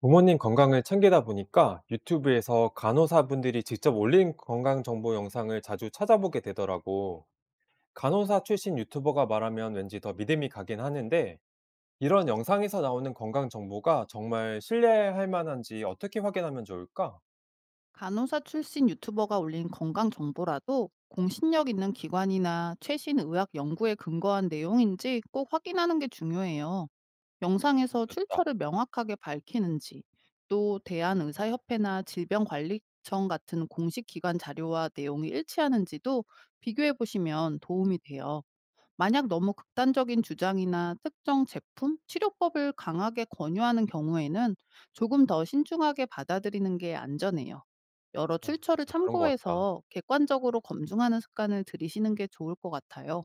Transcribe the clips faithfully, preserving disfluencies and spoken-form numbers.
부모님 건강을 챙기다 보니까 유튜브에서 간호사분들이 직접 올린 건강 정보 영상을 자주 찾아보게 되더라고. 간호사 출신 유튜버가 말하면 왠지 더 믿음이 가긴 하는데, 이런 영상에서 나오는 건강 정보가 정말 신뢰할 만한지 어떻게 확인하면 좋을까? 간호사 출신 유튜버가 올린 건강 정보라도 공신력 있는 기관이나 최신 의학 연구에 근거한 내용인지 꼭 확인하는 게 중요해요. 영상에서 됐다. 출처를 명확하게 밝히는지, 또 대한의사협회나 질병관리청 같은 공식 기관 자료와 내용이 일치하는지도 비교해 보시면 도움이 돼요. 만약 너무 극단적인 주장이나 특정 제품, 치료법을 강하게 권유하는 경우에는 조금 더 신중하게 받아들이는 게 안전해요. 여러 어, 출처를 맞아. 그런 것 같다. 참고해서 객관적으로 검증하는 습관을 들이시는 게 좋을 것 같아요.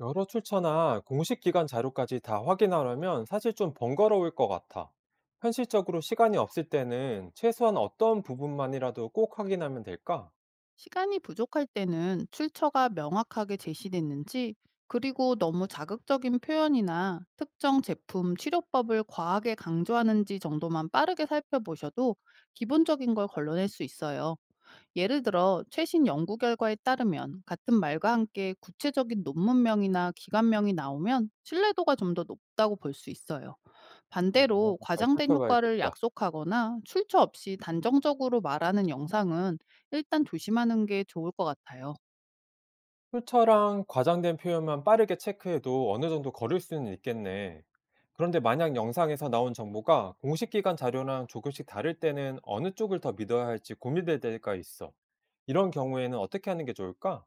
여러 출처나 공식 기관 자료까지 다 확인하려면 사실 좀 번거로울 것 같아. 현실적으로 시간이 없을 때는 최소한 어떤 부분만이라도 꼭 확인하면 될까? 시간이 부족할 때는 출처가 명확하게 제시됐는지, 그리고 너무 자극적인 표현이나 특정 제품, 치료법을 과하게 강조하는지 정도만 빠르게 살펴보셔도 기본적인 걸 걸러낼 수 있어요. 예를 들어 최신 연구 결과에 따르면 같은 말과 함께 구체적인 논문명이나 기관명이 나오면 신뢰도가 좀 더 높다고 볼 수 있어요. 어, 반대로 잘 과장된 효과를 살펴봐야겠다. 약속하거나 출처 없이 단정적으로 말하는 영상은 일단 조심하는 게 좋을 것 같아요. 출처랑 과장된 표현만 빠르게 체크해도 어느 정도 거릴 수는 있겠네. 그런데 만약 영상에서 나온 정보가 공식 기관 자료랑 조금씩 다를 때는 어느 쪽을 더 믿어야 할지 고민될 때가 있어. 이런 경우에는 어떻게 하는 게 좋을까?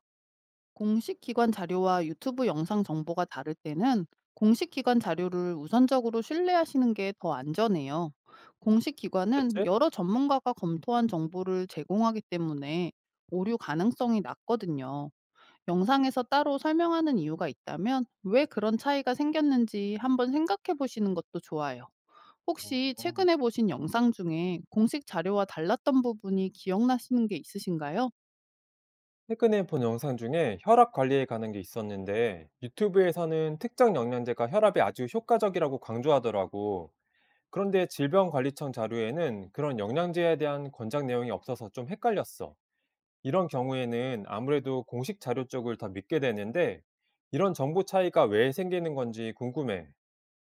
공식 기관 자료와 유튜브 영상 정보가 다를 때는 공식 기관 자료를 우선적으로 신뢰하시는 게 더 안전해요. 공식 어겠 기관은 지 여러 전문가가 검토한 정보를 제공하기 때문에 오류 가능성이 낮거든요. 영상에서 따로 설명하는 이유가 있다면 왜 그런 차이가 생겼는지 한번 생각해 보시는 것도 좋아요. 혹시 어. 최근에 보신 영상 중에 공식 자료와 달랐던 부분이 기억나시는 게 있으신가요? 최근에 본 영상 중에 혈압 관리에 관한 게 있었는데 유튜브에서는 특정 영양제가 혈압에 아주 효과적이라고 강조하더라고. 그런데 질병관리청 자료에는 그런 영양제에 대한 권장 내용이 없어서 좀 헷갈렸어. 이런 경우에는 아무래도 공식 자료 쪽을 더 믿게 되는데 이런 정보 차이가 왜 생기는 건지 궁금해.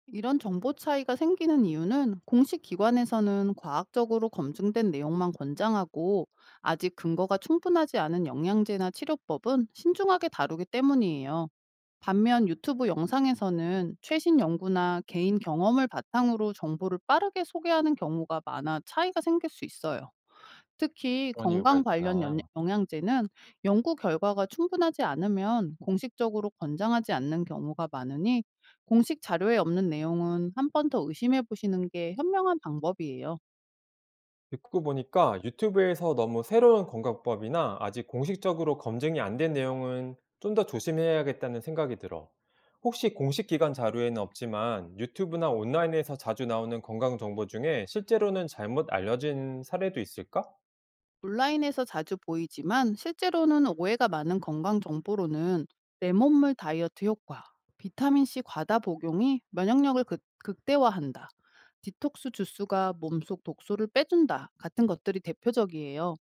이런 정보 차이가 생기는 이유는 공식 기관에서는 과학적으로 검증된 내용만 권장하고, 아직 근거가 충분하지 않은 영양제나 치료법은 신중하게 다루기 때문이에요. 반면 유튜브 영상에서는 최신 연구나 개인 경험을 바탕으로 정보를 빠르게 소개하는 경우가 많아 차이가 생길 수 있어요. 특히 그런 이유가 건강 관련 있구나. 연 영양제는 연구 결과가 충분하지 않으면 공식적으로 권장하지 않는 경우가 많으니, 공식 자료에 없는 내용은 한 번 더 의심해 보시는 게 현명한 방법이에요. 듣고 보니까 유튜브에서 너무 새로운 건강법이나 아직 공식적으로 검증이 안 된 내용은 좀 더 조심해야겠다는 생각이 들어. 혹시 공식 기관 자료에는 없지만 유튜브나 온라인에서 자주 나오는 건강 정보 중에 실제로는 잘못 알려진 사례도 있을까? 온라인에서 자주 보이지만 실제로는 오해가 많은 건강 정보로는 내 몸물 다이어트 효과, 비타민C 과다 복용이 면역력을 극, 극대화한다, 디톡스 주스가 몸속 독소를 빼준다 같은 것들이 대표적이에요.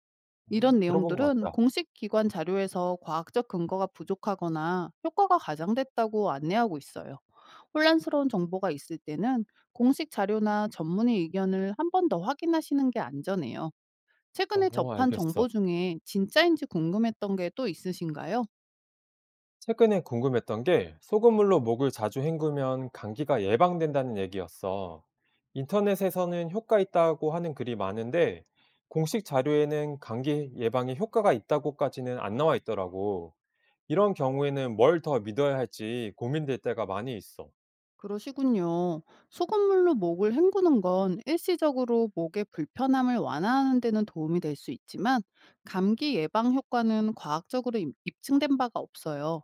이런 들어본 것 내용들은 같다. 공식 기관 자료에서 과학적 근거가 부족하거나 효과가 과장됐다고 안내하고 있어요. 혼란스러운 정보가 있을 때는 공식 자료나 전문의 의견을 한 번 더 확인하시는 게 안전해요. 최근에 어, 접한 정보 알겠어. 중에 진짜인지 궁금했던 게 또 있으신가요? 최근에 궁금했던 게 소금물로 목을 자주 헹구면 감기가 예방된다는 얘기였어. 인터넷에서는 효과 있다고 하는 글이 많은데 공식 자료에는 감기 예방에 효과가 있다고까지는 안 나와 있더라고. 이런 경우에는 뭘 더 믿어야 할지 고민될 때가 많이 있어. 그러시군요. 소금물로 목을 헹구는 건 일시적으로 목의 불편함을 완화하는 데는 도움이 될 수 있지만, 감기 예방 효과는 과학적으로 입- 입증된 바가 없어요.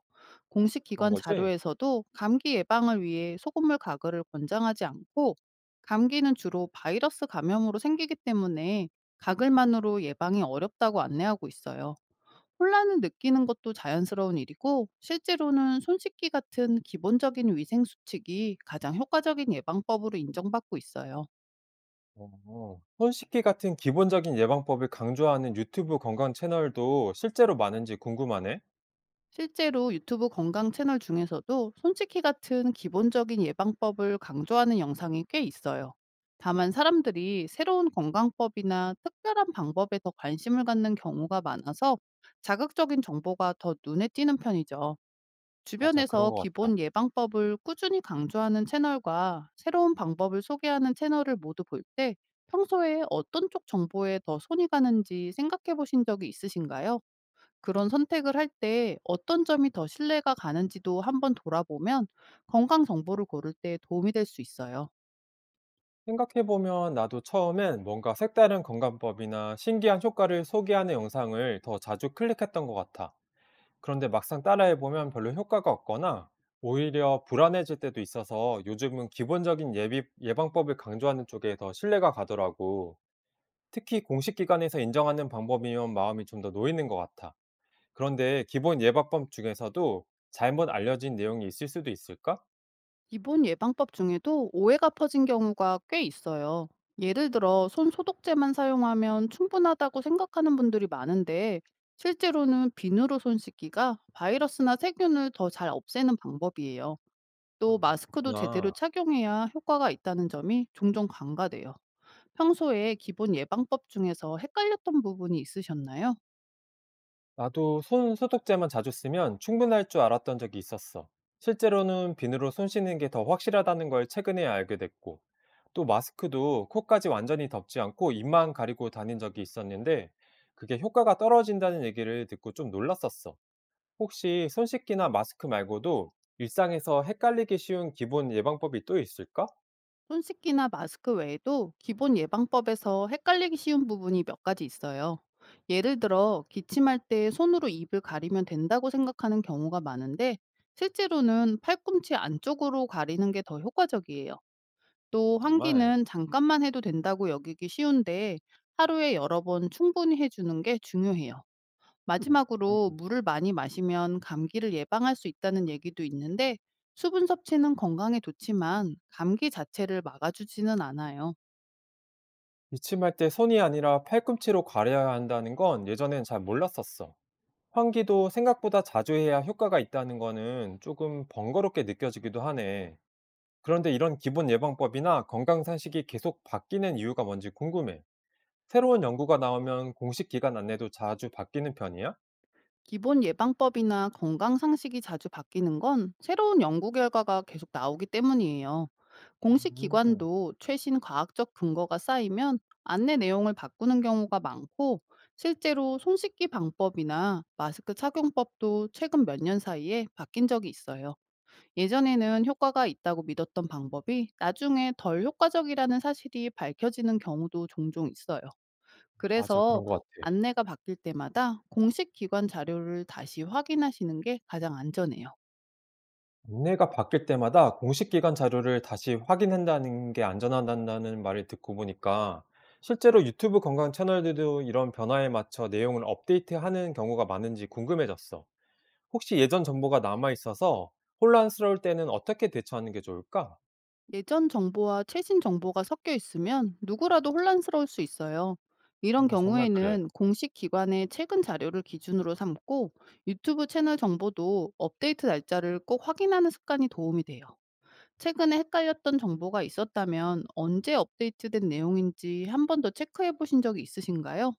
공식 그런 기관 거지? 자료에서도 감기 예방을 위해 소금물 가글을 권장하지 않고, 감기는 주로 바이러스 감염으로 생기기 때문에 가글만으로 예방이 어렵다고 안내하고 있어요. 혼란을 느끼는 것도 자연스러운 일이고, 실제로는 손 씻기 같은 기본적인 위생 수칙이 가장 효과적인 예방법으로 인정받고 있어요. 어. 손 씻기 같은 기본적인 예방법을 강조하는 유튜브 건강 채널도 실제로 많은지 궁금하네. 실제로 유튜브 건강 채널 중에서도 손 씻기 같은 기본적인 예방법을 강조하는 영상이 꽤 있어요. 다만 사람들이 새로운 건강법이나 특별한 방법에 더 관심을 갖는 경우가 많아서, 자극적인 정보가 더 눈에 띄는 편이죠. 맞아, 그런 주변에서 것 같다. 기본 예방법을 꾸준히 강조하는 채널과 새로운 방법을 소개하는 채널을 모두 볼 때, 평소에 어떤 쪽 정보에 더 손이 가는지 생각해 보신 적이 있으신가요? 그런 선택을 할 때 어떤 점이 더 신뢰가 가는지도 한번 돌아보면 건강 정보를 고를 때 도움이 될 수 있어요. 생각해보면 나도 처음엔 뭔가 색다른 건강법이나 신기한 효과를 소개하는 영상을 더 자주 클릭했던 것 같아. 그런데 막상 따라해보면 별로 효과가 없거나 오히려 불안해질 때도 있어서 요즘은 기본적인 예비, 예방법을 강조하는 쪽에 더 신뢰가 가더라고. 특히 공식 기관에서 인정하는 방법이면 마음이 좀 더 놓이는 것 같아. 그런데 기본 예방법 중에서도 잘못 알려진 내용이 있을 수도 있을까? 기본 예방법 중에도 오해가 퍼진 경우가 꽤 있어요. 예를 들어 손 소독제만 사용하면 충분하다고 생각하는 분들이 많은데, 실제로는 비누로 손 씻기가 바이러스나 세균을 더 잘 없애는 방법이에요. 아, 또 마스크도 제대로 그렇구나. 착용해야 효과가 있다는 점이 종종 간과돼요. 평소에 기본 예방법 중에서 헷갈렸던 부분이 있으셨나요? 나도 손 소독제만 자주 쓰면 충분할 줄 알았던 적이 있었어. 실제로는 비누로 손 씻는 게 더 확실하다는 걸 최근에 알게 됐고, 또 마스크도 코까지 완전히 덮지 않고 입만 가리고 다닌 적이 있었는데, 그게 효과가 떨어진다는 얘기를 듣고 좀 놀랐었어. 혹시 손 씻기나 마스크 말고도 일상에서 헷갈리기 쉬운 기본 예방법이 또 있을까? 손 씻기나 마스크 외에도 기본 예방법에서 헷갈리기 쉬운 부분이 몇 가지 있어요. 예를 들어, 기침할 때 손으로 입을 가리면 된다고 생각하는 경우가 많은데, 실제로는 팔꿈치 안쪽으로 가리는 게 더 효과적이에요. 또, 정말. 환기는 잠깐만 해도 된다고 여기기 쉬운데, 하루에 여러 번 충분히 해주는 게 중요해요. 음, 마지막으로 음. 물을 많이 마시면 감기를 예방할 수 있다는 얘기도 있는데, 수분 섭취는 건강에 좋지만 감기 자체를 막아주지는 않아요. 기침할 때 손이 아니라 팔꿈치로 가려야 한다는 건 예전엔 잘 몰랐었어. 환기도 생각보다 자주 해야 효과가 있다는 거는 조금 번거롭게 느껴지기도 하네. 그런데 이런 기본 예방법이나 건강 상식이 계속 바뀌는 이유가 뭔지 궁금해. 새로운 연구가 나오면 공식 기간 안내도 자주 바뀌는 편이야? 기본 예방법이나 건강 상식이 자주 바뀌는 건 새로운 연구 결과가 계속 나오기 때문이에요. 공식 음, 기관도 최신 과학적 근거가 쌓이면 안내 내용을 바꾸는 경우가 많고, 실제로 손 씻기 방법이나 마스크 착용법도 최근 몇 년 사이에 바뀐 적이 있어요. 예전에는 효과가 있다고 믿었던 방법이 나중에 덜 효과적이라는 사실이 밝혀지는 경우도 종종 있어요. 맞아, 그래서 그런 것 같아. 안내가 바뀔 때마다 공식 기관 자료를 다시 확인하시는 게 가장 안전해요. 안내가 바뀔 때마다 공식 기관 자료를 다시 확인한다는 게 안전하다는 말을 듣고 보니까 실제로 유튜브 건강 채널들도 이런 변화에 맞춰 내용을 업데이트하는 경우가 많은지 궁금해졌어. 혹시 예전 정보가 남아 있어서 혼란스러울 때는 어떻게 대처하는 게 좋을까? 예전 정보와 최신 정보가 섞여 있으면 누구라도 혼란스러울 수 있어요. 이런 어, 정말 그래. 경우에는 공식 기관의 최근 자료를 기준으로 삼고, 유튜브 채널 정보도 업데이트 날짜를 꼭 확인하는 습관이 도움이 돼요. 최근에 헷갈렸던 정보가 있었다면 언제 업데이트된 내용인지 한 번 더 체크해 보신 적이 있으신가요?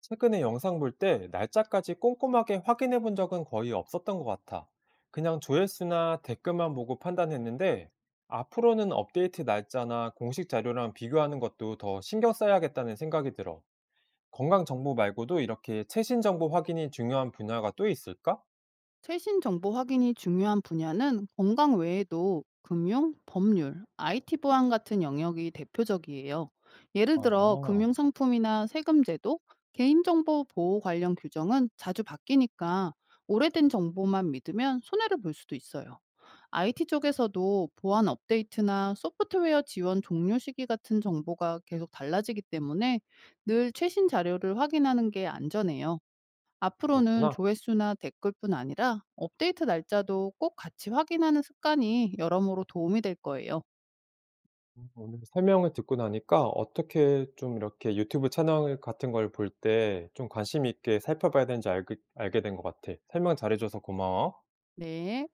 최근에 영상 볼 때 날짜까지 꼼꼼하게 확인해 본 적은 거의 없었던 것 같아. 그냥 조회수나 댓글만 보고 판단했는데 앞으로는 업데이트 날짜나 공식 자료랑 비교하는 것도 더 신경 써야겠다는 생각이 들어. 건강 정보 말고도 이렇게 최신 정보 확인이 중요한 분야가 또 있을까? 최신 정보 확인이 중요한 분야는 건강 외에도 금융, 법률, 아이티 보안 같은 영역이 대표적이에요. 예를 들어 아, 금융 상품이나 세금 제도, 개인정보 보호 관련 규정은 자주 바뀌니까 오래된 정보만 믿으면 손해를 볼 수도 있어요. 아이티 쪽에서도 보안 업데이트나 소프트웨어 지원 종료 시기 같은 정보가 계속 달라지기 때문에 늘 최신 자료를 확인하는 게 안전해요. 앞으로는 그렇구나. 조회수나 댓글뿐 아니라 업데이트 날짜도 꼭 같이 확인하는 습관이 여러모로 도움이 될 거예요. 음, 오늘 설명을 듣고 나니까 어떻게 좀 이렇게 유튜브 채널 같은 걸 볼 때 좀 관심 있게 살펴봐야 되는지 알게 알게 된 것 같아. 설명 잘해 줘서 고마워. 네.